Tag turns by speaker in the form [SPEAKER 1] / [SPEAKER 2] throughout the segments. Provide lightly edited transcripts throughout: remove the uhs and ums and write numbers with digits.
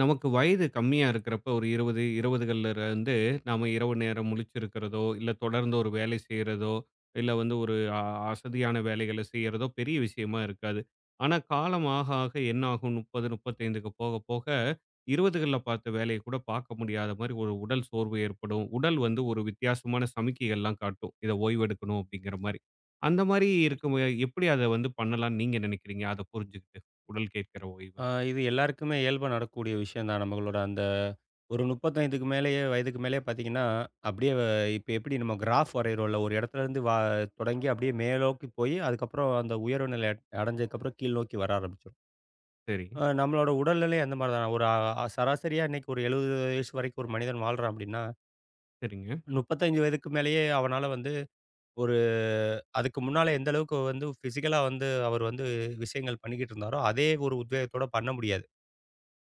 [SPEAKER 1] நமக்கு வயது கம்மியா இருக்கிறப்ப ஒரு 20, 20கள்ல இருந்து நாம இரவு நேரம் முழிச்சிருக்கிறதோ, இல்ல தொடர்ந்து ஒரு வேலை செய்றதோ, இல்ல வந்து ஒரு அசதியான வேலைகள செய்யறதோ பெரிய விஷயமா இருக்காது. ஆனா காலம் ஆக, ஆக என்ன ஆகும் 30, 35க்கு போக, போக 20கள்ல பார்த்த வேலைய கூட பார்க்க முடியாத மாரி ஒரு உடல் சோர்வு ஏற்படும். உடல் வந்து ஒரு வித்தியாசமான சமிக்கைகள்லாம் காட்டும். இத ஓய்வெடுக்கணும் அப்படிங்கிற மாரி. அந்த மாரி இருக்கும். எப்படி அத வந்து பண்ணலாம்னு நீங்க நினைக்கிறீங்க? அத புரிஞ்சுகிட்டு. உடல் கேட்கிற ஓய்வு.
[SPEAKER 2] ஆ, இது எல்லாருக்குமே இயல்பா நடக்கக்கூடிய விஷயம் தான். நம்மளோட அந்த ஒரு 35க்கு மேலேயே வயதுக்கு மேலேயே பார்த்தீங்கன்னா, அப்படியே இப்ப எப்படி நம்ம கிராஃப் வரையிறோம்ல, ஒரு இடத்துலருந்து தொடங்கி அப்படியே மேலோக்கி போய், அதுக்கப்புறம் அந்த உயர்வு நிலை அடைஞ்சதுக்கப்புறம் கீழ் நோக்கி வர ஆரம்பிச்சுரும்.
[SPEAKER 1] சரி,
[SPEAKER 2] நம்மளோட உடல்நிலை அந்த மாரி தான். ஒரு அ சராசரியா இன்னைக்கு ஒரு 70 வயசு வரைக்கும் ஒரு மனிதன் வாழ்றான் அப்படின்னா,
[SPEAKER 1] சரிங்க.
[SPEAKER 2] 35 வயதுக்கு மேலேயே அவனால வந்து ஒரு அதுக்கு முன்னால எந்த அளவுக்கு வந்து ஃபிசிக்கலா வந்து அவர் வந்து விஷயங்கள் பண்ணிக்கிட்டு இருந்தாரோ, அதே ஒரு உத்வேகத்தோட பண்ண முடியாது.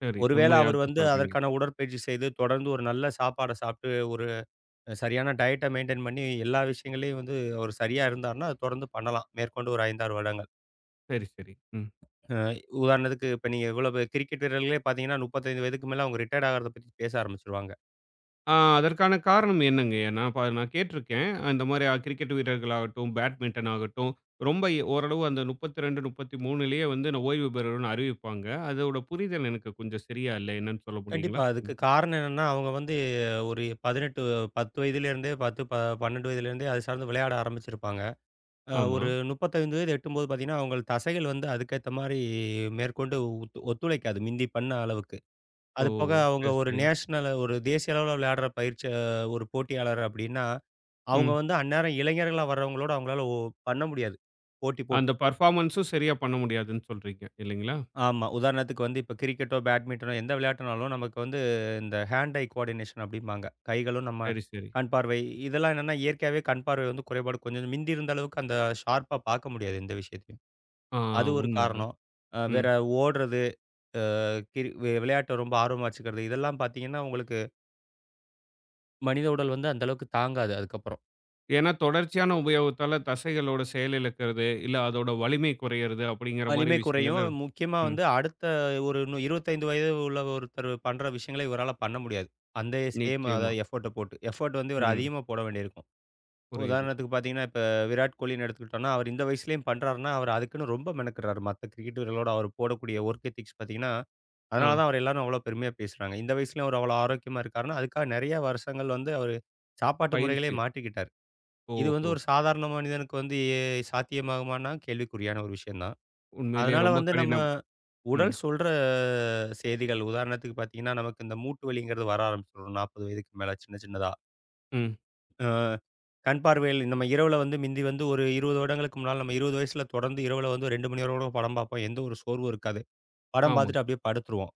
[SPEAKER 1] சரி.
[SPEAKER 2] ஒருவேள அவர்
[SPEAKER 1] உண்மையாதான்
[SPEAKER 2] வந்து
[SPEAKER 1] சொல்றீங்க.
[SPEAKER 2] அதற்கான உடற்பயிற்சி செய்து, தொடர்ந்து ஒரு நல்ல சாப்பாட சாப்பிட்டு, ஒரு சரியான டயட்ட மெயின்டெயின் பண்ணி, எல்லா விஷயங்கள்லயும் வந்து அவர் சரியா இருந்தாருன்னா, அது தொடர்ந்து பண்ணலாம். மேற்கொண்டு ஒரு 5, 6 வருடங்கள்.
[SPEAKER 1] சரி, சரி. ம்.
[SPEAKER 2] அ உதாரணத்துக்கு இப்ப நீங்க இவ்வளவு கிரிக்கெட் வீரர்களே பார்த்தீங்கன்னா, 35 வயதுக்கு மேல அவங்க ரிட்டயர்ட் ஆகுறத பத்தி பேச ஆரம்பிச்சுருவாங்க.
[SPEAKER 1] ஆ, அதற்கான காரணம் என்னங்க? ஏன்னா, நான் கேட்டுருக்கேன். இந்த மாரி கிரிக்கெட் வீரர்களாகட்டும், பேட்மிண்டன் ஆகட்டும், ரொம்ப ஓரளவு அந்த 32, 33லயே வந்து நான் ஓய்வு பெறணும்னு அறிவிப்பாங்க. அதோட புரிதல் எனக்கு கொஞ்சம் சரியா இல்ல. என்னன்னு சொல்ல முடியுங்களா?
[SPEAKER 2] கண்டிப்பா. அதுக்கு
[SPEAKER 1] ம்.
[SPEAKER 2] காரணம் என்னன்னா, அவங்க வந்து ஒரு 18 10 வயதிலிருந்தே 10 ப 12 வயதிலிருந்தே அது சார்ந்து விளையாட ஆரம்பிச்சிருப்பாங்க.
[SPEAKER 1] ஆமா.
[SPEAKER 2] ஒரு 35 வயது எட்டும்போது பார்த்தீங்கன்னா, அவங்க தசைகள் வந்து அதுக்கேத்த மாரி மேற்கொண்டு ஒத்துழைக்காது. மிந்தி பண்ண அளவுக்கு.
[SPEAKER 1] ஓ!
[SPEAKER 2] அது போக அவங்க
[SPEAKER 1] சரி, சரி.
[SPEAKER 2] ஒரு தேசிய அளவுல விளையாடுற பயிற்சி, ஒரு போட்டியாளர் அப்படின்னா, அவங்க
[SPEAKER 1] ம்.
[SPEAKER 2] வந்து அந்நேரம் இளைஞர்களா வர்றவங்களோட அவங்களால பண்ண முடியாது. போட்டி
[SPEAKER 1] அந்த
[SPEAKER 2] போட்டு.
[SPEAKER 1] பெர்ஃபார்மன்ஸும் சரியா பண்ண முடியாதுன்னு சொல்றீங்க. இல்லைங்களா?
[SPEAKER 2] ஆமா. உதாரணத்துக்கு வந்து இப்ப கிரிக்கெட்டோ, பேட்மிண்டனோ எந்த விளையாட்டுனாலும் நமக்கு வந்து இந்த ஹேண்ட் ஐ கோஆர்டினேஷன் அப்படிம்பாங்க. கைகளும் நம்ம
[SPEAKER 1] சரி, சரி.
[SPEAKER 2] கண் பார்வை. இதெல்லாம் என்னன்னா இயற்கையாவே கண் பார்வை வந்து குறைபாடு கொஞ்சம் மிந்தி இருந்த அளவுக்கு அந்த ஷார்ப்பா பார்க்க முடியாது எந்த விஷயத்தையும்.
[SPEAKER 1] ஆ,
[SPEAKER 2] அது ஒரு
[SPEAKER 1] உண்மதான்.
[SPEAKER 2] காரணம். அ
[SPEAKER 1] ம்.
[SPEAKER 2] வேற ஓடுறது, அ கிரி விளையாட்ட ரொம்ப ஆர்வமா வச்சுக்கிறது இதெல்லாம் பார்த்தீங்கன்னா, உங்களுக்கு மனித உடல் வந்து அந்த அளவுக்கு தாங்காது அதுக்கப்புறம்.
[SPEAKER 1] ஏன்னா, தொடர்ச்சியான உபயோகத்தால தசைகளோட செயலிழக்கிறது, இல்ல அதோட வலிமை குறையிறது அப்படிங்கிற மாரி
[SPEAKER 2] வலிமை
[SPEAKER 1] விஷயங்கள்ல.
[SPEAKER 2] குறையும். முக்கியமா
[SPEAKER 1] ம்.
[SPEAKER 2] வந்து அடுத்த ஒரு இன்னும் 25 வயது உள்ள ஒருத்தர் பண்ற விஷயங்கள இவரால பண்ண முடியாது. அந்த சேம்
[SPEAKER 1] நிச்சயமா.
[SPEAKER 2] அதாவது எஃபோர்ட்ட போட்டு. எஃபோர்ட் வந்து இவர்
[SPEAKER 1] ம்.
[SPEAKER 2] அதிகமா போட வேண்டியிருக்கும்.
[SPEAKER 1] புரியுது.
[SPEAKER 2] உதாரணத்துக்கு பார்த்தீங்கன்னா, இப்ப விராட் கோலின்னு எடுத்துக்கிட்டோம்னா, அவர் இந்த வயசுலயும் பண்றாருன்னா, அவர் அதுக்குன்னு ரொம்ப மெனக்கிடுறாரு. மத்த கிரிக்கெட் வீரர்களோட அவர் போடக்கூடிய வொர்க் எத்திக்ஸ் பார்த்தீங்கன்னா,
[SPEAKER 1] ஆ.
[SPEAKER 2] அதனால தான் அவர எல்லாரும் அவ்வளோ பெருமையா பேசுறாங்க. இந்த வயசுலயும் அவர் அவ்வளோ ஆரோக்கியமா இருக்காருன்னா, அதுக்காக நெறைய வருஷங்கள் வந்து அவரு சாப்பாட்டு முறைகளே
[SPEAKER 1] பயிற்சி.
[SPEAKER 2] மாட்டிக்கிட்டாரு. இது வந்து
[SPEAKER 1] ஓஹோ!
[SPEAKER 2] ஒரு சாதாரண மனிதனுக்கு வந்து சாத்தியமாகுமான்னா கேள்விக்குறியான ஒரு விஷயம் தான்.
[SPEAKER 1] உண்மையிலேயே
[SPEAKER 2] அதனால
[SPEAKER 1] ரொம்ப
[SPEAKER 2] வந்து நம்ம
[SPEAKER 1] கடினம். ம்.
[SPEAKER 2] உடல் சொல்ற செய்திகள் உதாரணத்துக்கு பார்த்தீங்கன்னா, நமக்கு இந்த மூட்டு வலிங்கிறது வர ஆரம்பிச்சுரும் 40 வயதுக்கு மேல சின்ன சின்னதா.
[SPEAKER 1] ம்.
[SPEAKER 2] அ கண் பார்வையில் நம்ம இரவுல வந்து மிந்தி வந்து ஒரு 20 வருடங்களுக்கு முன்னால நம்ம 20 வயசுல தொடர்ந்து இரவுல வந்து 2 மணி நேரம் படம் பார்ப்போம். எந்த ஒரு சோர்வும் இருக்காது. படம்
[SPEAKER 1] ஆமா.
[SPEAKER 2] பார்த்துட்டு அப்படியே படுத்துருவோம்.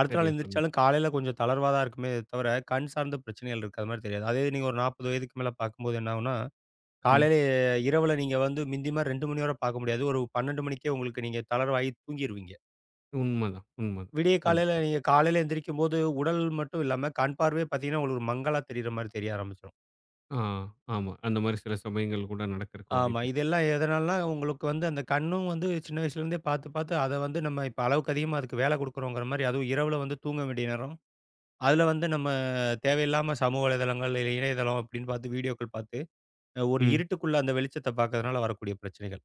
[SPEAKER 2] அடுத்த நாள்
[SPEAKER 1] சரியா சொன்னீங்க.
[SPEAKER 2] எந்திரிச்சாலும் காலையில கொஞ்சம் தளர்வா தான் இருக்குமே தவிர, கண் சார்ந்த பிரச்சனைகள் இருக்கிற மாரி தெரியாது. அதே இது நீங்க ஒரு 40 வயதுக்கு மேல பார்க்கும்போது என்ன ஆகும்னா,
[SPEAKER 1] ம்.
[SPEAKER 2] காலையில இரவுல நீங்க வந்து மிந்தி மாரி 2 மணி வரை பார்க்க முடியாது. ஒரு 12 மணிக்கே உங்களுக்கு நீங்க தளர்வாகி தூங்கிருவீங்க.
[SPEAKER 1] உண்மதான், உண்மதான்.
[SPEAKER 2] விடிய காலையில நீங்க காலையில எந்திரிக்கும்போது, உடல் மட்டும் இல்லாம கண் பார்வையே பார்த்தீங்கன்னா, உங்களுக்கு ஒரு மங்கலா தெரியிற மாரி தெரிய ஆரம்பிச்சுரும்.
[SPEAKER 1] ஆ. ஆமா. அந்த மாரி சில சமயங்கள் கூட நடக்கறக்கு
[SPEAKER 2] ஆமா.
[SPEAKER 1] வாய்ப்பு இருக்கு.
[SPEAKER 2] இதெல்லாம் எதனாலனா, உங்களுக்கு வந்து அந்த கண்ணும் வந்து சின்ன வயசுலேருந்தே பார்த்து அத வந்து நம்ம இப்ப அளவுக்கு அதிகமா அதுக்கு வேல குடுக்குறோங்கிற மாரி, அதுவும் இரவுல வந்து தூங்க வேண்டிய நேரம். அதுல வந்து நம்ம தேவையில்லாம சமூக வலைதளங்கள், இல்ல இணையதளம் அப்படின்னு பார்த்து வீடியோக்கள் பார்த்து, ஒரு
[SPEAKER 1] ம்.
[SPEAKER 2] இருட்டுக்குள்ள அந்த வெளிச்சத்த பார்க்கறதுனால வரக்கூடிய பிரச்சனைகள்.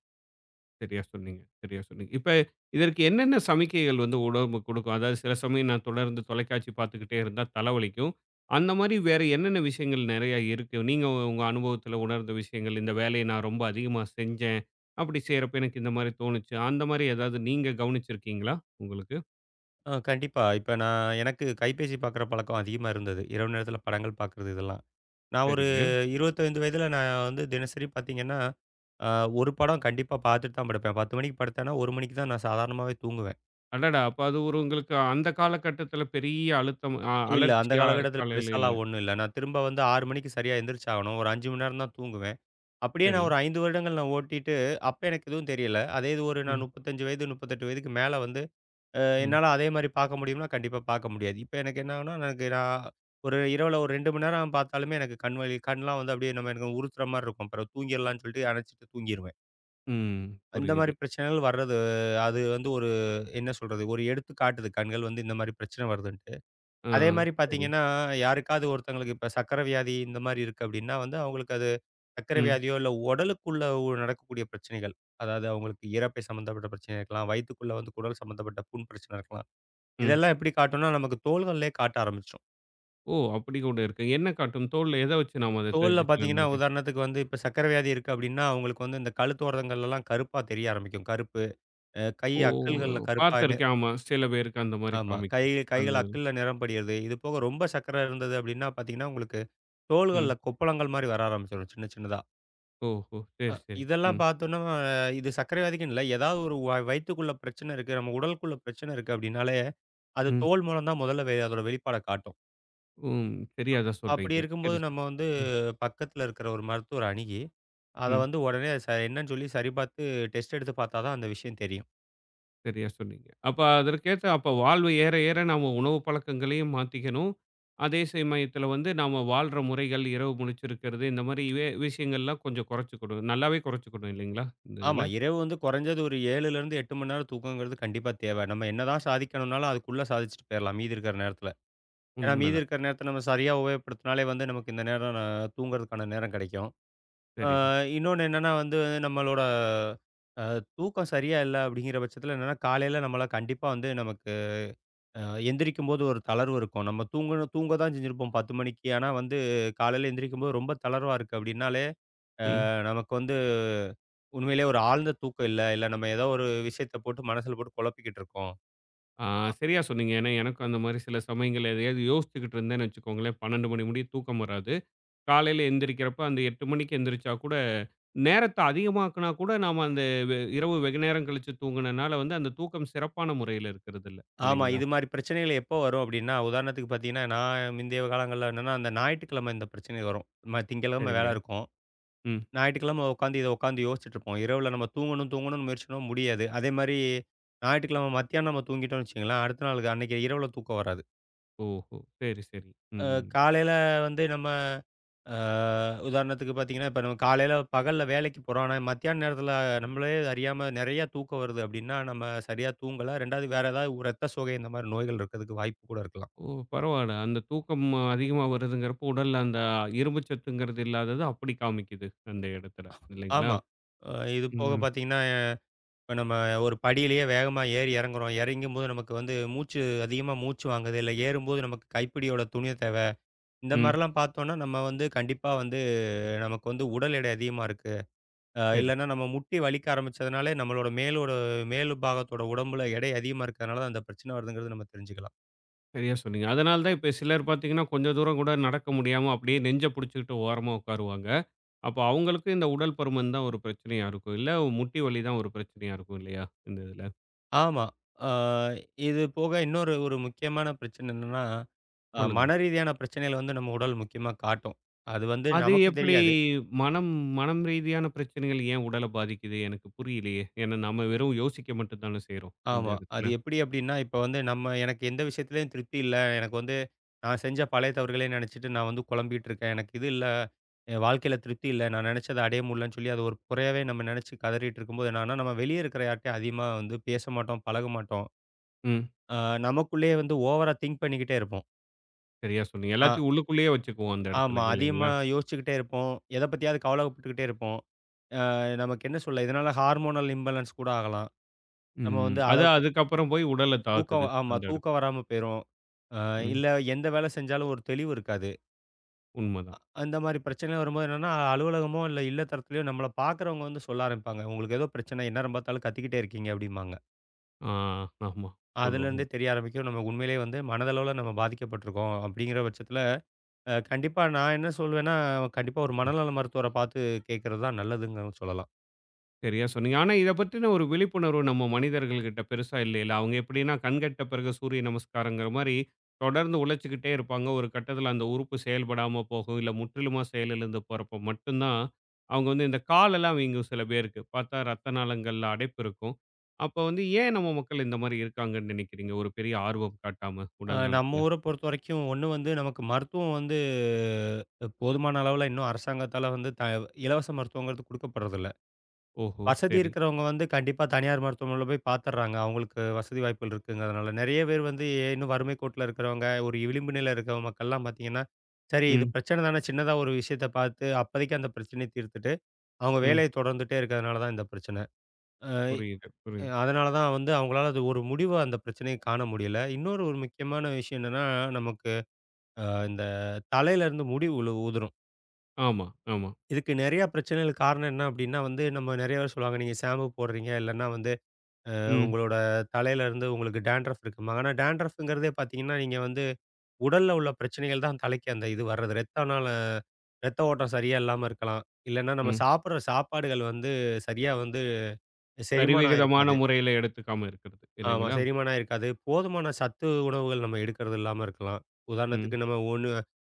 [SPEAKER 1] சரியா சொன்னீங்க, சரியா சொன்னீங்க. இப்ப இதற்கு என்னென்ன சமிக்கைகள் வந்து உடம்பு குடுக்கும்? அதாவது சில சமயம் நான் தொடர்ந்து தொலைக்காட்சி பார்த்துக்கிட்டே இருந்தா தலைவலிக்கும். அந்த மாரி வேற என்னென்ன விஷயங்கள் நெறைய இருக்கு? நீங்க உங்க அனுபவத்தில உணர்ந்த விஷயங்கள், இந்த வேலைய நான் ரொம்ப அதிகமா செஞ்சேன். அப்படி செய்றப்ப எனக்கு இந்த மாரி தோணுச்சு. அந்த மாரி ஏதாவது நீங்க கவனிச்சிருக்கீங்களா உங்களுக்கு?
[SPEAKER 2] ஆ, கண்டிப்பா. இப்ப நான் எனக்கு கைபேசி பார்க்குற பழக்கம் அதிகமா இருந்தது. இரவு நேரத்தில படங்கள் பார்க்குறது இதெல்லாம். நான் ஒரு
[SPEAKER 1] சரிங்க.
[SPEAKER 2] 25 வயதில நான் வந்து தினசரி பார்த்தீங்கன்னா, அ ஒரு படம் கண்டிப்பா பார்த்துட்டு தான் படுப்பேன். 10 மணிக்கு படுத்தேன்னா, 1 மணிக்கு தான் நான் சாதாரணமாவே தூங்குவேன்.
[SPEAKER 1] அடடா! அப்ப அது ஒரு உங்களுக்கு அந்த காலகட்டத்தில பெரிய அழுத்தம்
[SPEAKER 2] இல்ல அந்த
[SPEAKER 1] அலர்ச்சியா
[SPEAKER 2] காலகட்டத்தில
[SPEAKER 1] காலையில இல்ல.
[SPEAKER 2] பெருசாலாம் ஒண்ணும் இல்ல. நான் திரும்ப வந்து 6 மணிக்கு சரியா எந்திரிச்சாகணும். ஒரு 5 மணி நேரம் தான் தூங்குவேன். அப்படியே
[SPEAKER 1] சரி.
[SPEAKER 2] நான் ஒரு 5 வருடங்கள் நான் ஓட்டிட்டு, அப்ப எனக்கு எதுவும் தெரியல. அதே இது ஒரு நான்
[SPEAKER 1] ம்,
[SPEAKER 2] 35 வயது, 38 வயதுக்கு மேல வந்து,
[SPEAKER 1] ம்,
[SPEAKER 2] என்னால அதே மாரி பார்க்க முடியும்னா, கண்டிப்பா பார்க்க முடியாது. இப்ப எனக்கு என்ன ஆகும்னா, எனக்கு நான் ஒரு இரவுல ஒரு 2 மணி நேரம் பார்த்தாலுமே எனக்கு கண் வலி கண்லாம் வந்து அப்படியே நம்ம எனக்கு உறுத்துற மாரி இருக்கும். பிறகு தூங்கிடலாம்னு சொல்லிட்டு அணைச்சிட்டு தூங்கிருவேன்.
[SPEAKER 1] ம்.
[SPEAKER 2] இந்த
[SPEAKER 1] புரியுது.
[SPEAKER 2] மாரி பிரச்சனைகள் வர்றது, அது வந்து ஒரு என்ன சொல்றது? ஒரு எடுத்துக்காட்டுது கண்கள் வந்து இந்த மாரி பிரச்சனை வருதுன்ட்டு.
[SPEAKER 1] ஆ.
[SPEAKER 2] அதே மாரி
[SPEAKER 1] சரி.
[SPEAKER 2] பார்த்தீங்கன்னா, யாருக்காவது ஒருத்தங்களுக்கு இப்ப சர்க்கரை வியாதி இந்த மாரி இருக்கு அப்டின்னா வந்து, அவங்களுக்கு அது சர்க்கரை
[SPEAKER 1] ம்,
[SPEAKER 2] வியாதியோ, இல்ல உடலுக்குள்ள ஒரு நடக்கக்கூடிய பிரச்சனைகள். அதாவது அவங்களுக்கு இரைப்பை சம்மந்தப்பட்ட பிரச்சனையா இருக்கலாம். வயித்துக்குள்ள வந்து குடல் சம்மந்தப்பட்ட புண் பிரச்சனை இருக்கலாம்.
[SPEAKER 1] ம்.
[SPEAKER 2] இதெல்லாம் எப்படி காட்டும்னா, நமக்கு தோள்கள்லயே காட்ட ஆரம்பிச்சுரும்.
[SPEAKER 1] ஓ! அப்படி கூட இருக்கு. என்ன காட்டும்? தோல்ல எத வச்சு நாம அத
[SPEAKER 2] தோல்ல
[SPEAKER 1] தெரிஞ்சுக்கலாம்னு
[SPEAKER 2] பார்த்தீங்கன்னா,
[SPEAKER 1] நினைக்கிறேன்?
[SPEAKER 2] உதாரணத்துக்கு வந்து இப்ப சர்க்கரை வியாதி இருக்கு அப்டின்னா, அவங்களுக்கு வந்து இந்த கழுத்தோரங்கள்லலாம் கருப்பா தெரிய ஆரம்பிக்கும். கருப்பு. கை
[SPEAKER 1] ஓ!
[SPEAKER 2] அக்கல்கள்ல கருப்பா.
[SPEAKER 1] பார்த்திருக்கேன். ஆமா. சில பேருக்கு அந்த மாரி
[SPEAKER 2] ஆமா.
[SPEAKER 1] காமிக்கும். அந்த
[SPEAKER 2] கைகள் அக்குள்ள நிறம் படியிறது. இது போக ரொம்ப சர்க்கரை இருந்தது அப்படின்னா பார்த்தீங்கன்னா, உங்களுக்கு
[SPEAKER 1] ம்.
[SPEAKER 2] தோள்கள்ல கொப்பளங்கள் மாரி வர ஆரம்பிச்சுரும் சின்ன சின்னதா.
[SPEAKER 1] ஓஹோ!
[SPEAKER 2] அ
[SPEAKER 1] சரி, சரி.
[SPEAKER 2] இதெல்லாம்
[SPEAKER 1] ம்,
[SPEAKER 2] பார்த்தோன்னா, இது சர்க்கரை வியாதிக்குன்னு இல்ல. ஏதாவது ஒரு வயித்துக்குள்ள பிரச்சனை இருக்கு, நம்ம உடலுக்குள்ள பிரச்சனை இருக்கு அப்படின்னாலே, அது
[SPEAKER 1] ம்,
[SPEAKER 2] தோல் மூலம் தான் முதல்ல அதோட வெளிப்பாட காட்டும்.
[SPEAKER 1] ம். சரியா தான்
[SPEAKER 2] அப்படி
[SPEAKER 1] சொல்றீங்க.
[SPEAKER 2] இருக்கும்போது
[SPEAKER 1] சரி, சரி.
[SPEAKER 2] நம்ம வந்து
[SPEAKER 1] ம்,
[SPEAKER 2] பக்கத்துல இருக்கிற ஒரு மருத்துவர அணுகி, அத
[SPEAKER 1] ம்.
[SPEAKER 2] வந்து உடனே என்னன்னு சொல்லி சரி பார்த்து டெஸ்ட் எடுத்து பார்த்தா தான் அந்த விஷயம் தெரியும்.
[SPEAKER 1] சரியா சொன்னீங்க. அப்ப அதற்கேத்த அப்ப வாழ்வு ஏற ஏற நாம உணவு பழக்கங்களையும் மாத்திக்கணும். அதே சமயத்தில வந்து நாம வாழ்ற முறைகள், இரவு முழிச்சிருக்கிறது இந்த மாரி விஷயங்கள்லாம் கொஞ்சம் குறைச்சுக்கணும். நல்லாவே குறைச்சுக்கணும் இல்லைங்களா? இந்த
[SPEAKER 2] ஆமா.
[SPEAKER 1] இதுல.
[SPEAKER 2] இரவு வந்து குறைஞ்சது ஒரு 7லேருந்து 8 மணி நேரம் தூக்கங்கிறது கண்டிப்பா தேவை. நம்ம என்னதான் சாதிக்கணும்னாலும் அதுக்குள்ள சாதிச்சுட்டு போயிரலாம் மீதி இருக்கிற நேரத்தில. ஏன்னா மீதி
[SPEAKER 1] உண்மதான்.
[SPEAKER 2] இருக்கிற நேரத்த நம்ம சரியா உபயோகப்படுத்தினாலே வந்து நமக்கு இந்த நேரம் நான் தூங்குறதுக்கான நேரம் கிடைக்கும். ஆ,
[SPEAKER 1] சரிதான்.
[SPEAKER 2] இன்னொன்னு என்னன்னா வந்து நம்மளோட அ தூக்கம் சரியா இல்ல அப்படிங்கிற பட்சத்தில என்னன்னா, காலையில நம்மள கண்டிப்பா வந்து நமக்கு அ எந்திரிக்கும்போது ஒரு தளர்வு இருக்கும். நம்ம தூங்கணும் தூங்க தான் செஞ்சிருப்போம் 10 மணிக்கு. ஆனா வந்து காலையில எந்திரிக்கும்போது ரொம்ப தளர்வா இருக்கு அப்படின்னாலே
[SPEAKER 1] ம்.
[SPEAKER 2] நமக்கு வந்து உண்மையிலேயே ஒரு ஆழ்ந்த தூக்கம் இல்ல. இல்ல நம்ம ஏதோ ஒரு விஷயத்த போட்டு மனசுல போட்டு குழப்பிக்கிட்டு இருக்கோம்.
[SPEAKER 1] ஆ, சரியா சொன்னீங்க. ஏன்னா, எனக்கும் அந்த மாரி சில சமயங்கள்ல எதையாவது யோசிச்சுக்கிட்டு இருந்தேன்னு வச்சுக்கோங்களேன், 12 மணி முடிய தூக்கம் வராது. காலையில எந்திரிக்கிறப்ப அந்த 8 மணிக்கு எந்திரிச்சா கூட, நேரத்த அதிகமாக்குனா கூட நாம அந்த இரவு வெகு நேரம் கழிச்சு தூங்குனனால வந்து அந்த தூக்கம் சிறப்பான முறையில இருக்கிறதில்ல.
[SPEAKER 2] ஆமா.
[SPEAKER 1] இல்லைங்களா?
[SPEAKER 2] இது மாரி பிரச்சனைகள் எப்போ வரும் அப்டின்னா, உதாரணத்துக்கு பார்த்தீங்கன்னா, நான் முந்தைய காலங்கள்ல என்னன்னா, அந்த ஞாயிற்றுக்கிழமை இந்த பிரச்சனை வரும். திங்கட்கிழமை
[SPEAKER 1] சரிங்க.
[SPEAKER 2] வேலை இருக்கும்.
[SPEAKER 1] ம்.
[SPEAKER 2] ஞாயிற்றுக்கிழமை உட்காந்து யோசிச்சுட்டு இருப்போம். இரவுல நம்ம தூங்கணும்னு முயற்சி பண்ணோம் முடியாது. அதே மாரி ஞாயிற்றுக்கிழமை மத்தியானம் நம்ம தூங்கிட்டோம்னு வச்சுக்கங்களேன், அடுத்த நாளுக்கு அன்னைக்கு இரவுல தூக்கம் வராது.
[SPEAKER 1] ஓஹோ! சரி, சரி.
[SPEAKER 2] அ
[SPEAKER 1] ம்.
[SPEAKER 2] காலையில வந்து நம்ம ஆ, உதாரணத்துக்கு பார்த்தீங்கன்னா, இப்ப நம்ம காலையில பகல்ல வேலைக்கு போறோம். ஆனா, மத்தியான நேரத்தில நம்மளே அறியாம நெறையா தூக்கம் வருது அப்படின்னா, நம்ம சரியா தூங்கல. 2வது வேற ஏதாவது ஒரு ரத்த சோகை இந்த மாரி நோய்கள் இருக்கிறதுக்கு வாய்ப்பு கூட இருக்கலாம்.
[SPEAKER 1] ஓ! பரவால்ல. அந்த தூக்கம் அதிகமா வருதுங்கிறப்போ, உடல்ல அந்த இரும்பு சத்துங்கிறது இல்லாதது அப்படி காமிக்குது, அந்த இடத்துல. இல்லைங்களா?
[SPEAKER 2] ஆமா. அ இது போக
[SPEAKER 1] ம்.
[SPEAKER 2] பார்த்தீங்கன்னா, இப்ப நம்ம ஒரு படியிலேயே வேகமா ஏறி இறங்குறோம். இறங்கும்போது நமக்கு வந்து அதிகமா மூச்சு வாங்குது. இல்ல ஏறும்போது நமக்கு கைப்பிடியோட துணிய தேவை. இந்த
[SPEAKER 1] ம்.
[SPEAKER 2] மாரிலாம் பார்த்தோம்னா, நம்ம வந்து கண்டிப்பா வந்து நமக்கு வந்து உடல் எடை அதிகமா இருக்கு.
[SPEAKER 1] சரி.
[SPEAKER 2] இல்லன்னா நம்ம முட்டி வலிக்க ஆரம்பிச்சதுனாலே, நம்மளோட மேலோட மேல் பாகத்தோட உடம்புல எடை அதிகமா இருக்கறனால தான் அந்த பிரச்சனை வருதுங்கிறது நம்ம தெரிஞ்சுக்கலாம்.
[SPEAKER 1] சரியா சொன்னீங்க. அதனால தான் இப்ப சிலர் பார்த்தீங்கன்னா, கொஞ்சம் தூரம் கூட நடக்க முடியாம அப்படியே நெஞ்ச புடிச்சுக்கிட்டு ஓரமா உட்காருவாங்க. அப்போ அவங்களுக்கு இந்த உடல் பருமன் தான் ஒரு பிரச்சனையா இருக்கும். இல்ல முட்டி வலி தான் ஒரு பிரச்சனையா இருக்கும் இல்லையா? இந்த இதுல.
[SPEAKER 2] ஆமா. அ இது போக இன்னொரு ஒரு முக்கியமான பிரச்சனை என்னன்னா,
[SPEAKER 1] சொல்லுங்க.
[SPEAKER 2] மன ரீதியான பிரச்சனைகள வந்து நம்ம உடல் முக்கியமா காட்டும். அது வந்து
[SPEAKER 1] அது
[SPEAKER 2] நமக்கு
[SPEAKER 1] எப்படி
[SPEAKER 2] தெரியாது.
[SPEAKER 1] மனம் மனம் ரீதியான பிரச்சனைகள் ஏன் உடல பாதிக்குது? எனக்கு புரியலையே. ஏன்னா நம்ம வெறும் யோசிக்க மட்டும் தானே செய்றோம் அந்த
[SPEAKER 2] ஆமா. அது
[SPEAKER 1] இடத்துல.
[SPEAKER 2] எப்படி அப்டின்னா, இப்ப வந்து நம்ம எனக்கு எந்த விஷயத்திலயும் திருப்தி இல்ல. எனக்கு வந்து நான் செஞ்ச பழைய தவறுகளே நெனச்சுட்டு நான் வந்து குழம்பிட்டு இருக்கேன். எனக்கு இது இல்ல, என் வாழ்க்கையில திருப்தி இல்ல. நான் நெனச்சத அடைய முடியலன்னு சொல்லி, அது ஒரு குறையாவே நம்ம நெனச்சு கதறிட்டு இருக்கும்போது என்னான்னா, நம்ம வெளிய இருக்கிற யார்ட்டயும் அதிகமா வந்து பேச மாட்டோம், பழக மாட்டோம்.
[SPEAKER 1] ம்.
[SPEAKER 2] அ நமக்குள்ளேயே வந்து ஓவரா திங்க் பண்ணிக்கிட்டே இருப்போம்.
[SPEAKER 1] சரியா சொன்னீங்க.
[SPEAKER 2] அ
[SPEAKER 1] எல்லாத்தையும் உள்ளுக்குள்ளேயே வச்சுக்குவோம் அந்த இடத்துல
[SPEAKER 2] ஆமா. அதிகமா
[SPEAKER 1] இல்லைங்களா?
[SPEAKER 2] யோசிச்சுக்கிட்டே இருப்போம். எத பத்தியாவது கவலைப்பட்டுக்கிட்டே இருப்போம். நமக்கு என்ன சொல்ல, இதனால ஹார்மோனல் இம்பேலன்ஸ் கூட ஆகலாம். நம்ம
[SPEAKER 1] ம்.
[SPEAKER 2] வந்து
[SPEAKER 1] அது
[SPEAKER 2] அளவுக்கு
[SPEAKER 1] அதுக்கப்புறம் போய் உடல
[SPEAKER 2] தூக்கம்
[SPEAKER 1] தாக்குது
[SPEAKER 2] ஆமா.
[SPEAKER 1] அந்த இடத்துல.
[SPEAKER 2] தூக்கம் வராம போயிரும். அ
[SPEAKER 1] ம்.
[SPEAKER 2] இல்ல எந்த வேலை செஞ்சாலும் ஒரு தெளிவு இருக்காது.
[SPEAKER 1] உண்மதான்.
[SPEAKER 2] அந்த மாரி பிரச்சனை வரும்போது என்னன்னா, அலுவலகமோ இல்ல இல்லத்தரத்துலயோ நம்மள பார்க்குறவங்க வந்து சொல்ல ஆரம்பிப்பாங்க. உங்களுக்கு ஏதோ பிரச்சனை எந்நேரம் பார்த்தாலும் கத்திக்கிட்டே இருக்கீங்க அப்டிம்பாங்க.
[SPEAKER 1] ஆ, ஆமா. சொல்லுவாங்க.
[SPEAKER 2] அதுலேருந்தே தெரிய ஆரம்பிக்கும். நம்ம உண்மையிலேயே வந்து மனதளவுல நம்ம பாதிக்கப்பட்டுருக்கோம். அப்டிங்கிற பட்சத்துல கண்டிப்பா நான் என்ன சொல்வேன்னா, கண்டிப்பா ஒரு மனநல மருத்துவர பார்த்து கேட்கறது தான் நல்லதுன்னு சொல்லலாம்.
[SPEAKER 1] சரியா சொன்னீங்க. ஆனா, இத பத்தின ஒரு விழிப்புணர்வு நம்ம மனிதர்கள்கிட்ட பெருசா இல்லைல்ல. அவங்க எப்படின்னா, கண்கட்ட பிறகு சூரிய நமஸ்காரங்கிற மாரி தொடர்ந்து உழைச்சுக்கிட்டே இருப்பாங்க. ஒரு கட்டத்தில அந்த உறுப்பு செயல்படாம போகும். இல்ல முற்றிலுமா செயலிழந்து போறப்ப மட்டும் தான், அவங்க வந்து இந்த காலெல்லாம் வீங்கும் சில பேருக்கு. பார்த்தா ரத்த நாளங்கள்ல அடைப்பு இருக்கும். அப்ப வந்து ஏன் நம்ம மக்கள் இந்த மாரி இருக்காங்கன்னு நினைக்கிறீங்க? ஒரு பெரிய ஆர்வம் காட்டாம உடல் நலத்துல.
[SPEAKER 2] நம்ம ஊர பொறுத்தவரைக்கும் ஒண்ணு வந்து நமக்கு மருத்துவம் வந்து போதுமான அளவுல இன்னும் அரசாங்கத்தால வந்து இலவச மருத்துவங்கிறது குடுக்கப்படுறதில்ல.
[SPEAKER 1] ஓஹோ!
[SPEAKER 2] வசதி
[SPEAKER 1] சரி.
[SPEAKER 2] இருக்கிறவங்க வந்து கண்டிப்பா தனியார் மருத்துவமனையில போய் பார்த்துடுறாங்க. அவங்களுக்கு வசதி வாய்ப்புகள் இருக்குங்கிறதுனால. நெறைய பேர் வந்து இன்னும் வறுமை கோட்ல இருக்கிறவங்க, ஒரு விளிம்பு நிலையில இருக்கிற மக்கள்லாம் பார்த்தீங்கன்னா, சரி இது
[SPEAKER 1] ம்,
[SPEAKER 2] பிரச்சனை தானே சின்னதா ஒரு விஷயத்த பார்த்து அப்போதைக்கு அந்த பிரச்சனைய தீர்த்துட்டு, அவங்க
[SPEAKER 1] ம்.
[SPEAKER 2] வேலைய தொடர்ந்துட்டே இருக்கிறதுனால தான் இந்த பிரச்சனை. அ
[SPEAKER 1] புரியுது, புரியுது.
[SPEAKER 2] அதனால தான் வந்து அவங்களால அது ஒரு முடிவு அந்த பிரச்சனைய காண முடியல. இன்னொரு ஒரு முக்கியமான விஷயம் என்னன்னா, நமக்கு அ இந்த தலையிலேருந்து முடி உதிரும்.
[SPEAKER 1] ஆமா, ஆமா.
[SPEAKER 2] இதுக்கு நெறைய பிரச்சனைகளுக்கு காரணம் என்ன அப்டின்னா வந்து, நம்ம நெறைய பேர் சொல்லுவாங்க, நீங்க ஷாம்பு போடுறீங்க இல்லன்னா வந்து
[SPEAKER 1] ம்,
[SPEAKER 2] உங்களோட தலையில இருந்து உங்களுக்கு டேண்ட்ரஃப் இருக்குமா? ஆனா டேண்ட்ரஃப்ங்கிறதே பார்த்தீங்கன்னா, நீங்க வந்து உடல்ல உள்ள பிரச்சனைகள் தான் தலைக்கு அந்த இது வர்றது. ரத்த ஓட்டம் சரியா இல்லாம இருக்கலாம். இல்லன்னா நம்ம
[SPEAKER 1] ம்.
[SPEAKER 2] சாப்பிடுற சாப்பாடுகள் வந்து சரியா வந்து செரிமானம்
[SPEAKER 1] சரிவிகிதமான
[SPEAKER 2] ஆயிருக்காது.
[SPEAKER 1] முறையில எடுத்துக்காம இருக்கிறது
[SPEAKER 2] ஆமா
[SPEAKER 1] இல்லைங்களா?
[SPEAKER 2] செரிமானம் ஆயிருக்காது. போதுமான சத்து உணவுகள் நம்ம எடுக்கிறது இல்லாம இருக்கலாம்.
[SPEAKER 1] ம்.
[SPEAKER 2] உதாரணத்துக்கு நம்ம ஒண்ணு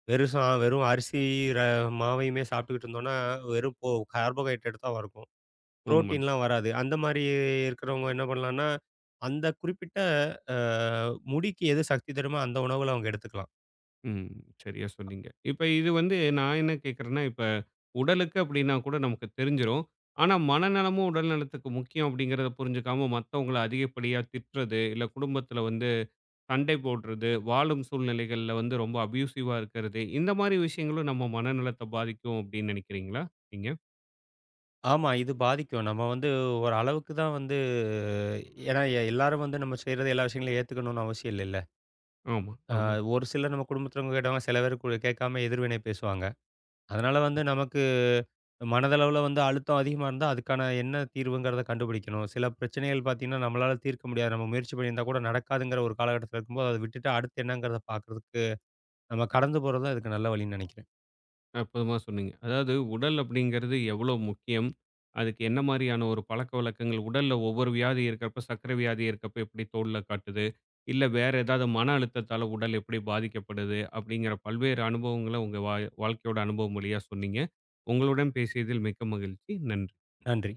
[SPEAKER 2] வெறும் அரிசி ர மாவையுமே சாப்பிட்டுக்கிட்டு இருந்தோம்னா, வெறும் போ கார்போஹைட்ரேட் தான் இருக்கும்.
[SPEAKER 1] உண்மதான்.
[SPEAKER 2] புரோட்டீன்லாம் வராது. அந்த மாரி இருக்கிறவங்க என்ன பண்ணலான்னா, அந்த குறிப்பிட்ட அ முடிக்கு எது சக்தி தருமோ அந்த உணவுகள அவங்க எடுத்துக்கலாம்.
[SPEAKER 1] ம். சரியா சொன்னீங்க. இப்ப இது வந்து நான் என்ன கேட்கிறேன்னா, இப்ப உடலுக்கு அப்படின்னா கூட நமக்கு தெரிஞ்சிரும். ஆனா, மனநலமும் உடல் நலத்துக்கு முக்கியம் அப்படிங்கிறத புரிஞ்சுக்காம மத்தவங்கள அதிகப்படியா திட்டுறது, இல்ல குடும்பத்தில வந்து சண்டை போடுறது, வாழும் சூழ்நிலைகள்ல வந்து ரொம்ப அப்யூசிவா இருக்கிறது, இந்த மாரி விஷயங்களும் நம்ம மனநலத்த பாதிக்கும் அப்படின்னு நினைக்கிறீங்களா? நீங்க?
[SPEAKER 2] ஆமா. இது பாதிக்கும். நம்ம வந்து ஒரு அளவுக்கு தான் வந்து, ஏன்னா எல்லாரும் வந்து நம்ம செய்றது எல்லா விஷயங்களையும் ஏத்துக்கணும்னு அவசியம் இல்லைல்ல.
[SPEAKER 1] ஆமா,
[SPEAKER 2] அ
[SPEAKER 1] ஆமா.
[SPEAKER 2] ஒரு சிலர் நம்ம குடும்பத்தினவங்க கேட்டாங்கன்னா, சில பேர் கேட்காம எதிர்வினை பேசுவாங்க. அதனால வந்து நமக்கு மனதளவுல வந்து அழுத்தம் அதிகமா இருந்தா, அதுக்கான என்ன தீர்வுங்கிறத கண்டுபிடிக்கணும். சில பிரச்சனைகள் பார்த்தீங்கன்னா, நம்மளால தீர்க்க முடியாது. நம்ம முயற்சி பண்ணியிருந்தா கூட நடக்காதுங்கிற ஒரு காலகட்டத்தில இருக்கும்போது, அத விட்டுட்டு அடுத்து என்னங்கிறத பார்க்கறதுக்கு நம்ம கடந்து போறது தான் இதுக்கு நல்ல வழின்னு நெனைக்கிறேன்.
[SPEAKER 1] அற்புதமா சொன்னீங்க. அதாவது உடல் அப்படிங்கிறது எவ்வளோ முக்கியம்? அதுக்கு என்ன மாரியான ஒரு பழக்கவழக்கங்கள் உடல்ல ஒவ்வொரு வியாதி இருக்கிறப்ப, சர்க்கரை வியாதி இருக்கிறப்ப எப்படி தோல்ல காட்டுது? இல்ல வேற ஏதாவது மன அழுத்தத்தால உடல் எப்படி பாதிக்கப்படுது? அப்படிங்கிற பல்வேறு அனுபவங்கள உங்க வாழ்க்கையோட அனுபவம் வழியா சொன்னீங்க. உங்களுடன் பேசியதில் மிக்க மகிழ்ச்சி. நன்றி.
[SPEAKER 2] நன்றி.